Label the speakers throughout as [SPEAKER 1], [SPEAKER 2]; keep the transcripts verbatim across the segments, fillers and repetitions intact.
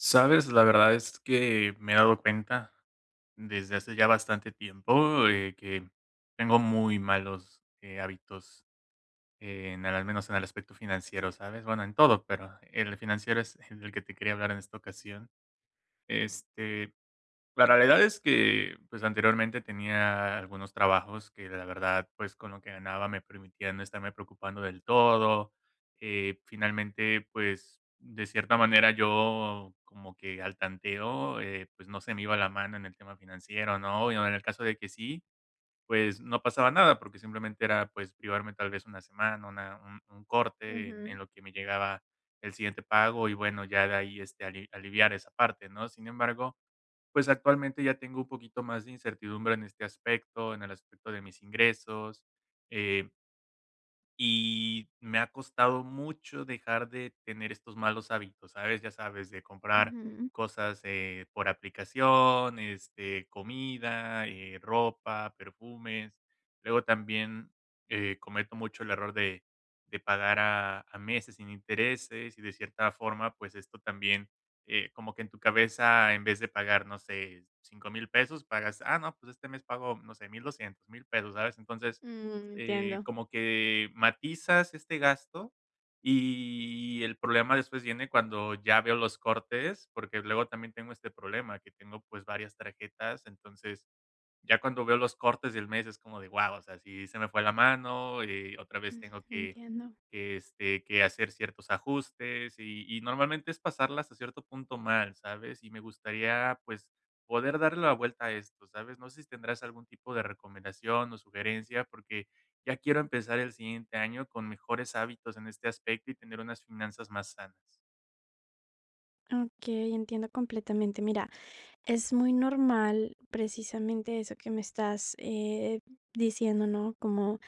[SPEAKER 1] Sabes, la verdad es que me he dado cuenta desde hace ya bastante tiempo eh, que tengo muy malos eh, hábitos, en el- al menos en el aspecto financiero, ¿sabes? Bueno, en todo, pero el financiero es el que te quería hablar en esta ocasión. Este, la realidad es que, pues, anteriormente tenía algunos trabajos que, la verdad, pues, con lo que ganaba me permitía no estarme preocupando del todo. Eh, finalmente, pues, de cierta manera, yo como que al tanteo, eh, pues, no se me iba la mano en el tema financiero, ¿no? Y en el caso de que sí, pues, no pasaba nada, porque simplemente era, pues, privarme tal vez una semana, una un un corte en en
[SPEAKER 2] Ujú.
[SPEAKER 1] lo que me llegaba el siguiente pago y, bueno, ya de ahí, este, ali aliviar esa parte, ¿no? Sin embargo, pues actualmente ya tengo un poquito más de incertidumbre en este aspecto, en el aspecto de mis ingresos. Eh, y me ha costado mucho dejar de tener estos malos hábitos, ¿sabes? Ya sabes, de comprar
[SPEAKER 2] Ujú.
[SPEAKER 1] cosas, eh, por aplicación, este, comida, eh, ropa, perfumes. Luego también, eh, cometo mucho el error de de pagar a a meses sin intereses, y de cierta forma, pues, esto también, eh, como que en tu cabeza, en vez de pagar, no sé, cinco mil pesos, pagas, ah, no, pues este mes pago, no sé, mil doscientos mil pesos, ¿sabes? Entonces
[SPEAKER 2] Mm,
[SPEAKER 1] eh,
[SPEAKER 2] entiendo.
[SPEAKER 1] como que matizas este gasto, y el problema después viene cuando ya veo los cortes, porque luego también tengo este problema, que tengo, pues, varias tarjetas, entonces, ya cuando veo los cortes del mes es como de, guau, o sea, si se me fue la mano, eh, otra vez
[SPEAKER 2] Mm,
[SPEAKER 1] tengo que
[SPEAKER 2] entiendo.
[SPEAKER 1] que, este, que hacer ciertos ajustes y y normalmente es pasarlas a cierto punto mal, ¿sabes? Y me gustaría, pues, poder darle la vuelta a esto, ¿sabes? No sé si tendrás algún tipo de recomendación o sugerencia, porque ya quiero empezar el siguiente año con mejores hábitos en este aspecto y tener unas finanzas más sanas.
[SPEAKER 2] Ok, entiendo completamente. Mira, es muy normal precisamente eso que me estás eh, diciendo, ¿no? Como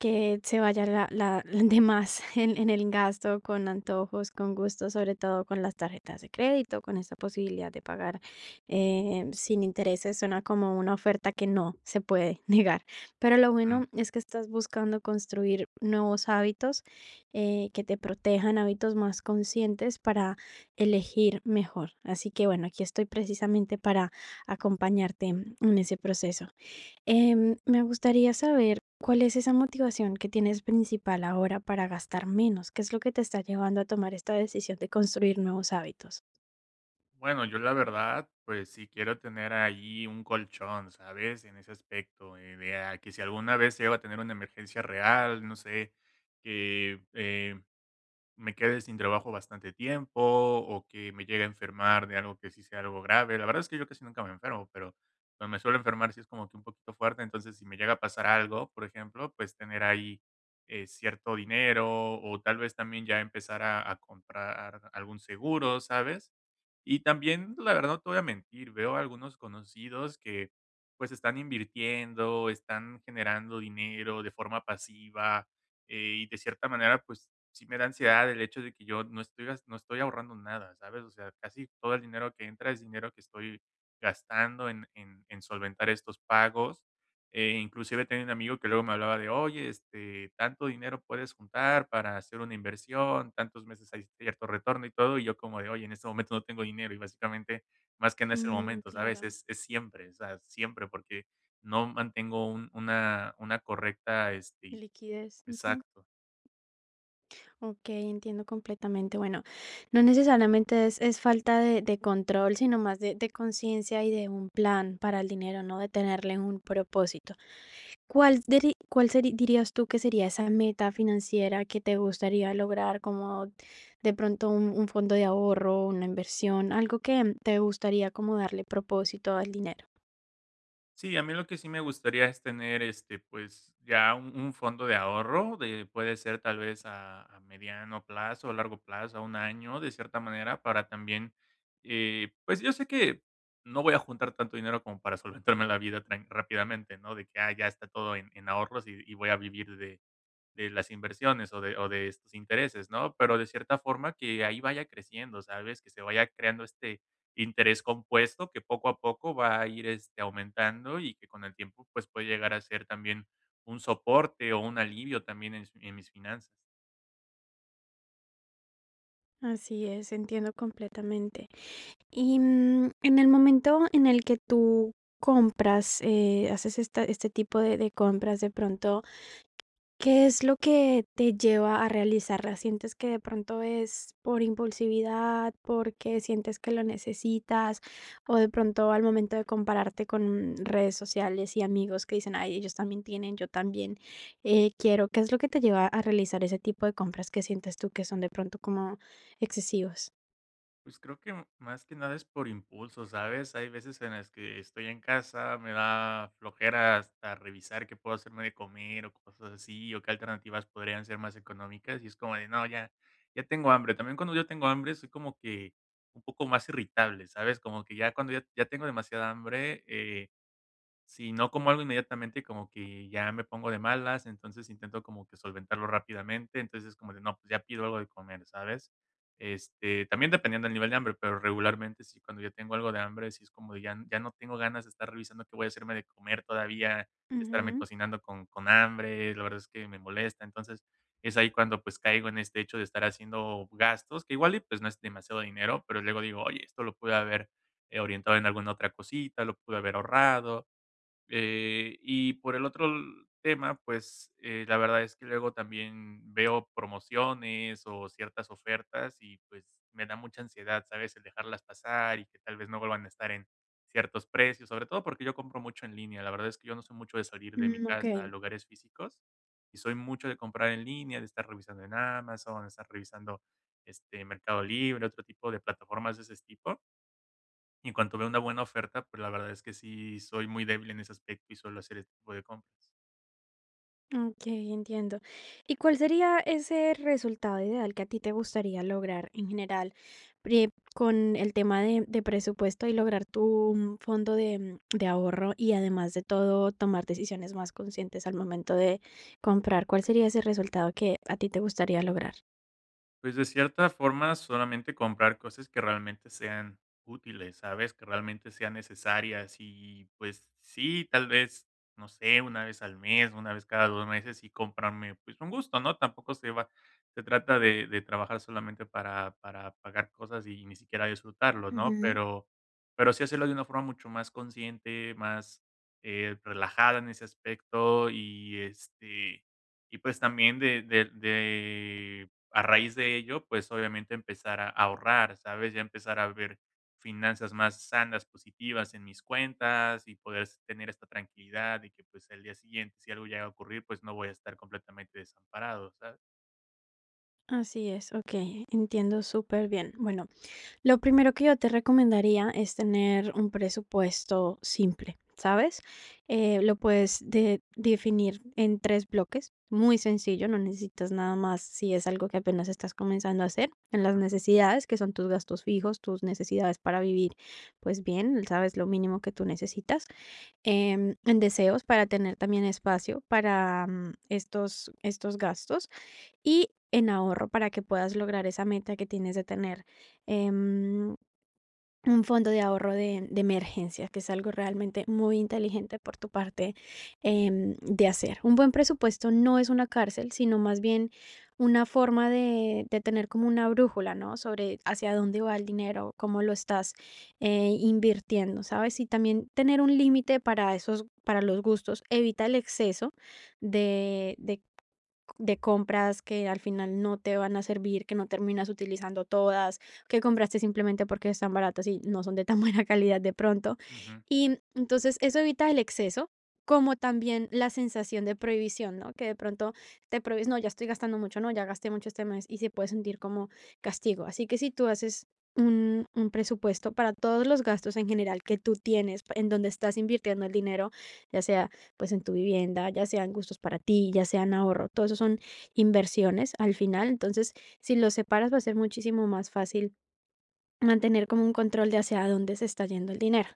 [SPEAKER 2] que se vaya la la la de más en en el gasto, con antojos, con gustos, sobre todo con las tarjetas de crédito, con esta posibilidad de pagar, eh, sin intereses, suena como una oferta que no se puede negar. Pero lo bueno es que estás buscando construir nuevos hábitos, eh, que te protejan, hábitos más conscientes para elegir mejor. Así que, bueno, aquí estoy precisamente para acompañarte en ese proceso. Em, me gustaría saber cuál es esa motivación que tienes principal ahora para gastar menos. ¿Qué es lo que te está llevando a tomar esta decisión de construir nuevos hábitos?
[SPEAKER 1] Bueno, yo la verdad, pues sí quiero tener ahí un colchón, ¿sabes? En ese aspecto, eh, de a que si alguna vez llego a tener una emergencia real, no sé, que eh, me quede sin trabajo bastante tiempo o que me llegue a enfermar de algo que sí sea algo grave. La verdad es que yo casi nunca me enfermo, pero cuando me suelo enfermar sí es como que un poquito fuerte. Entonces, si me llega a pasar algo, por ejemplo, pues tener ahí eh, cierto dinero o tal vez también ya empezar a, a comprar algún seguro, ¿sabes? Y también, la verdad, no te voy a mentir, veo algunos conocidos que pues están invirtiendo, están generando dinero de forma pasiva, eh, y de cierta manera pues sí me da ansiedad el hecho de que yo no estoy gas no estoy ahorrando nada, ¿sabes? O sea, casi todo el dinero que entra es dinero que estoy gastando en en en solventar estos pagos. Eh, inclusive tenía un amigo que luego me hablaba de: "Oye, este, tanto dinero puedes juntar para hacer una inversión, tantos meses hay cierto retorno y todo", y yo como de: "Oye, en este momento no tengo dinero", y básicamente, más que no es el
[SPEAKER 2] Mm,
[SPEAKER 1] momento, ¿sabes?
[SPEAKER 2] claro,
[SPEAKER 1] Es es siempre, o sea, siempre, porque no mantengo un una una correcta, este,
[SPEAKER 2] liquidez. Ujú.
[SPEAKER 1] exacto.
[SPEAKER 2] Ok, entiendo completamente. Bueno, no necesariamente es, es falta de, de control, sino más de, de conciencia y de un plan para el dinero, ¿no? De tenerle un propósito. ¿Cuál, diri- cuál seri- dirías tú que sería esa meta financiera que te gustaría lograr, como de pronto un, un fondo de ahorro, una inversión, algo que te gustaría como darle propósito al dinero?
[SPEAKER 1] Sí, a mí lo que sí me gustaría es tener, este, pues, ya un un fondo de ahorro, de puede ser tal vez a a mediano plazo, o largo plazo, a un año, de cierta manera, para también, eh, pues, yo sé que no voy a juntar tanto dinero como para solventarme la vida tran rápidamente, ¿no? De que, ah, ya está todo en en ahorros y y voy a vivir de de las inversiones o de o de estos intereses, ¿no? Pero de cierta forma que ahí vaya creciendo, ¿sabes? Que se vaya creando este interés compuesto que poco a poco va a ir, este, aumentando y que con el tiempo, pues, puede llegar a ser también un soporte o un alivio también en s en mis finanzas.
[SPEAKER 2] Así es, entiendo completamente. Y, mm, en el momento en el que tú compras, eh, haces esta este tipo de de compras de pronto, ¿qué es lo que te lleva a realizarlas? ¿Sientes que de pronto es por impulsividad, porque sientes que lo necesitas, o de pronto al momento de compararte con redes sociales y amigos que dicen: "Ay, ellos también tienen, yo también, eh, quiero"? ¿Qué es lo que te lleva a realizar ese tipo de compras que sientes tú que son de pronto como excesivos?
[SPEAKER 1] Pues, creo que m- más que nada es por impulso, ¿sabes? Hay veces en las que estoy en casa, me da flojera hasta revisar qué puedo hacerme de comer o cosas así, o qué alternativas podrían ser más económicas, y es como de: "No, ya ya tengo hambre". También cuando yo tengo hambre, soy como que un poco más irritable, ¿sabes? Como que ya cuando ya ya tengo demasiada hambre, eh. Si no como algo inmediatamente, como que ya me pongo de malas, entonces intento como que solventarlo rápidamente, entonces es como de, no, pues ya pido algo de comer, ¿sabes? Este, también dependiendo del nivel de hambre, pero regularmente si cuando ya tengo algo de hambre, si es como de ya, ya no tengo ganas de estar revisando qué voy a hacerme de comer todavía, estarme
[SPEAKER 2] Ujú,
[SPEAKER 1] cocinando con, con hambre, la verdad es que me molesta, entonces es ahí cuando pues caigo en este hecho de estar haciendo gastos, que igual y pues no es demasiado dinero, pero luego digo, oye, esto lo pude haber eh, orientado en alguna otra cosita, lo pude haber ahorrado, eh, y por el otro l tema, pues, eh, la verdad es que luego también veo promociones o ciertas ofertas y, pues, me da mucha ansiedad, ¿sabes? El dejarlas pasar y que tal vez no vuelvan a estar en ciertos precios, sobre todo porque yo compro mucho en línea. La verdad es que yo no soy mucho de salir de mi
[SPEAKER 2] mm,
[SPEAKER 1] casa a
[SPEAKER 2] okey.
[SPEAKER 1] lugares físicos y soy mucho de comprar en línea, de estar revisando en Amazon, de estar revisando, este, Mercado Libre, otro tipo de plataformas de ese tipo. Y en cuanto veo una buena oferta, pues, la verdad es que sí soy muy débil en ese aspecto y suelo hacer este tipo de compras.
[SPEAKER 2] Ok, entiendo. ¿Y cuál sería ese resultado ideal que a ti te gustaría lograr en general pri- con el tema de, de presupuesto y lograr tu mm, fondo de, mm, de ahorro y además de todo tomar decisiones más conscientes al momento de comprar? ¿Cuál sería ese resultado que a ti te gustaría lograr?
[SPEAKER 1] Pues, de cierta forma, solamente comprar cosas que realmente sean útiles, ¿sabes? Que realmente sean necesarias y, pues, sí, tal vez, no sé, una vez al mes, una vez cada dos meses y comprarme, pues, un gusto, ¿no? Tampoco se va Se trata de de trabajar solamente para para pagar cosas y ni siquiera disfrutarlo, ¿no?
[SPEAKER 2] Ujú.
[SPEAKER 1] Pero pero sí hacerlo de una forma mucho más consciente, más, eh, relajada en ese aspecto y, este, y pues, también de de de a raíz de ello, pues, obviamente empezar a ahorrar, ¿sabes? Ya empezar a ver finanzas más sanas, positivas en mis cuentas y poder s tener esta tranquilidad y que, pues, el día siguiente, si algo llega a ocurrir, pues, no voy a estar completamente desamparado, ¿sabes?
[SPEAKER 2] Así es, ok, entiendo súper bien. Bueno, lo primero que yo te recomendaría es tener un presupuesto simple, ¿sabes? Eh, lo puedes de- definir en tres bloques, muy sencillo, no necesitas nada más si es algo que apenas estás comenzando a hacer, en las necesidades, que son tus gastos fijos, tus necesidades para vivir, pues bien, sabes lo mínimo que tú necesitas, em, en deseos para tener también espacio para mm, estos, estos gastos y en ahorro para que puedas lograr esa meta que tienes de tener. em, un fondo de ahorro de de emergencias, que es algo realmente muy inteligente por tu parte, em, de hacer. Un buen presupuesto no es una cárcel, sino más bien una forma de de tener como una brújula, ¿no? Sobre hacia dónde va el dinero, cómo lo estás, eh, invirtiendo, ¿sabes? Y también tener un límite para esos para los gustos, evita el exceso de de de compras que al final no te van a servir, que no terminas utilizando todas, que compraste simplemente porque están baratas y no son de tan buena calidad de pronto.
[SPEAKER 1] Ujú,
[SPEAKER 2] Y entonces eso evita el exceso, como también la sensación de prohibición, ¿no? Que de pronto te prohíbes, no, ya estoy gastando mucho, no, ya gasté mucho este mes y se puede sentir como castigo. Así que si tú haces un, un presupuesto para todos los gastos en general que tú tienes, en donde estás invirtiendo el dinero, ya sea pues en tu vivienda, ya sean gustos para ti, ya sean ahorro, todo eso son inversiones al final. Entonces, si los separas va a ser muchísimo más fácil mantener como un control de hacia dónde se está yendo el dinero.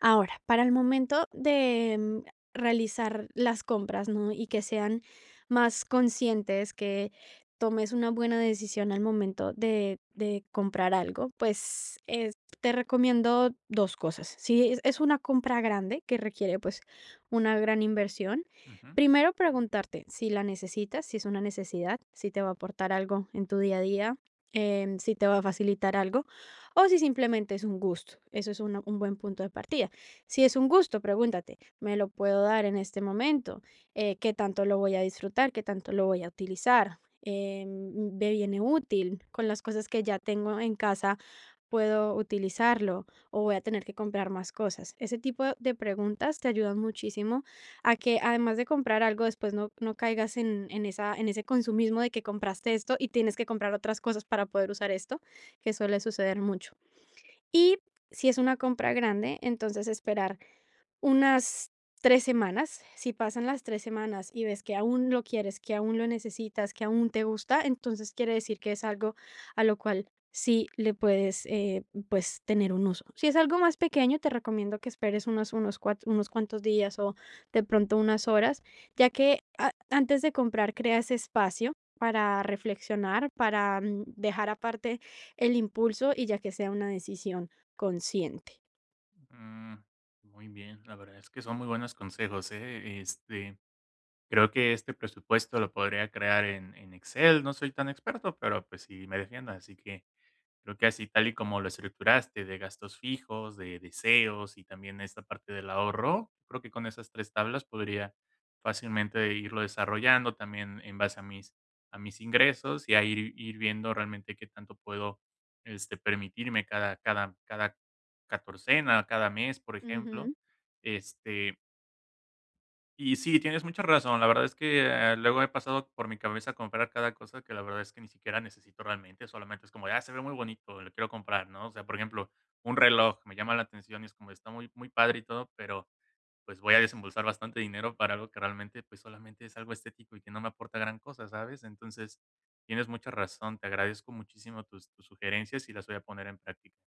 [SPEAKER 2] Ahora, para el momento de, mm, realizar las compras, ¿no? Y que sean más conscientes, que tomes una buena decisión al momento de de comprar algo, pues, eh, te recomiendo dos cosas. Si es es una compra grande que requiere, pues, una gran inversión,
[SPEAKER 1] ujú.
[SPEAKER 2] primero preguntarte si la necesitas, si es una necesidad, si te va a aportar algo en tu día a día, em, si te va a facilitar algo. O si simplemente es un gusto, eso es una- un buen punto de partida. Si es un gusto, pregúntate, ¿me lo puedo dar en este momento? Eh, ¿qué tanto lo voy a disfrutar? ¿Qué tanto lo voy a utilizar? Eh, mm, ¿me viene útil? Con las cosas que ya tengo en casa, ¿puedo utilizarlo? ¿O voy a tener que comprar más cosas? Ese tipo de preguntas te ayudan muchísimo a que además de comprar algo, después no, no caigas en, en, esa, en ese consumismo de que compraste esto y tienes que comprar otras cosas para poder usar esto que suele suceder mucho. Y si es una compra grande, entonces esperar unas tres semanas. Si pasan las tres semanas y ves que aún lo quieres, que aún lo necesitas, que aún te gusta, entonces quiere decir que es algo a lo cual sí le puedes, eh, pues, tener un uso. Si es algo más pequeño, te recomiendo que esperes unos unos cuat unos cuantos días o de pronto unas horas, ya que a antes de comprar creas espacio para reflexionar, para, mm, dejar aparte el impulso y ya que sea una decisión consciente.
[SPEAKER 1] Mm, muy bien, la verdad es que son muy buenos consejos, ¿eh? Este, creo que este presupuesto lo podría crear en en Excel, no soy tan experto, pero, pues, sí me defiendo, así que creo que así tal y como lo estructuraste, de gastos fijos, de deseos y también esta parte del ahorro, creo que con esas tres tablas podría fácilmente irlo desarrollando también en base a mis a mis ingresos y a ir ir viendo realmente qué tanto puedo, este, permitirme cada cada cada catorcena, cada mes, por ejemplo.
[SPEAKER 2] Ujú.
[SPEAKER 1] Este, y sí, tienes mucha razón. La verdad es que, eh, luego he pasado por mi cabeza comprar cada cosa que la verdad es que ni siquiera necesito realmente, solamente es como "Ah, se ve muy bonito, lo quiero comprar", ¿no? O sea, por ejemplo, un reloj me llama la atención y es como está muy muy padre y todo, pero, pues, voy a desembolsar bastante dinero para algo que realmente, pues, solamente es algo estético y que no me aporta gran cosa, ¿sabes? Entonces, tienes mucha razón. Te agradezco muchísimo tus tus sugerencias y las voy a poner en práctica.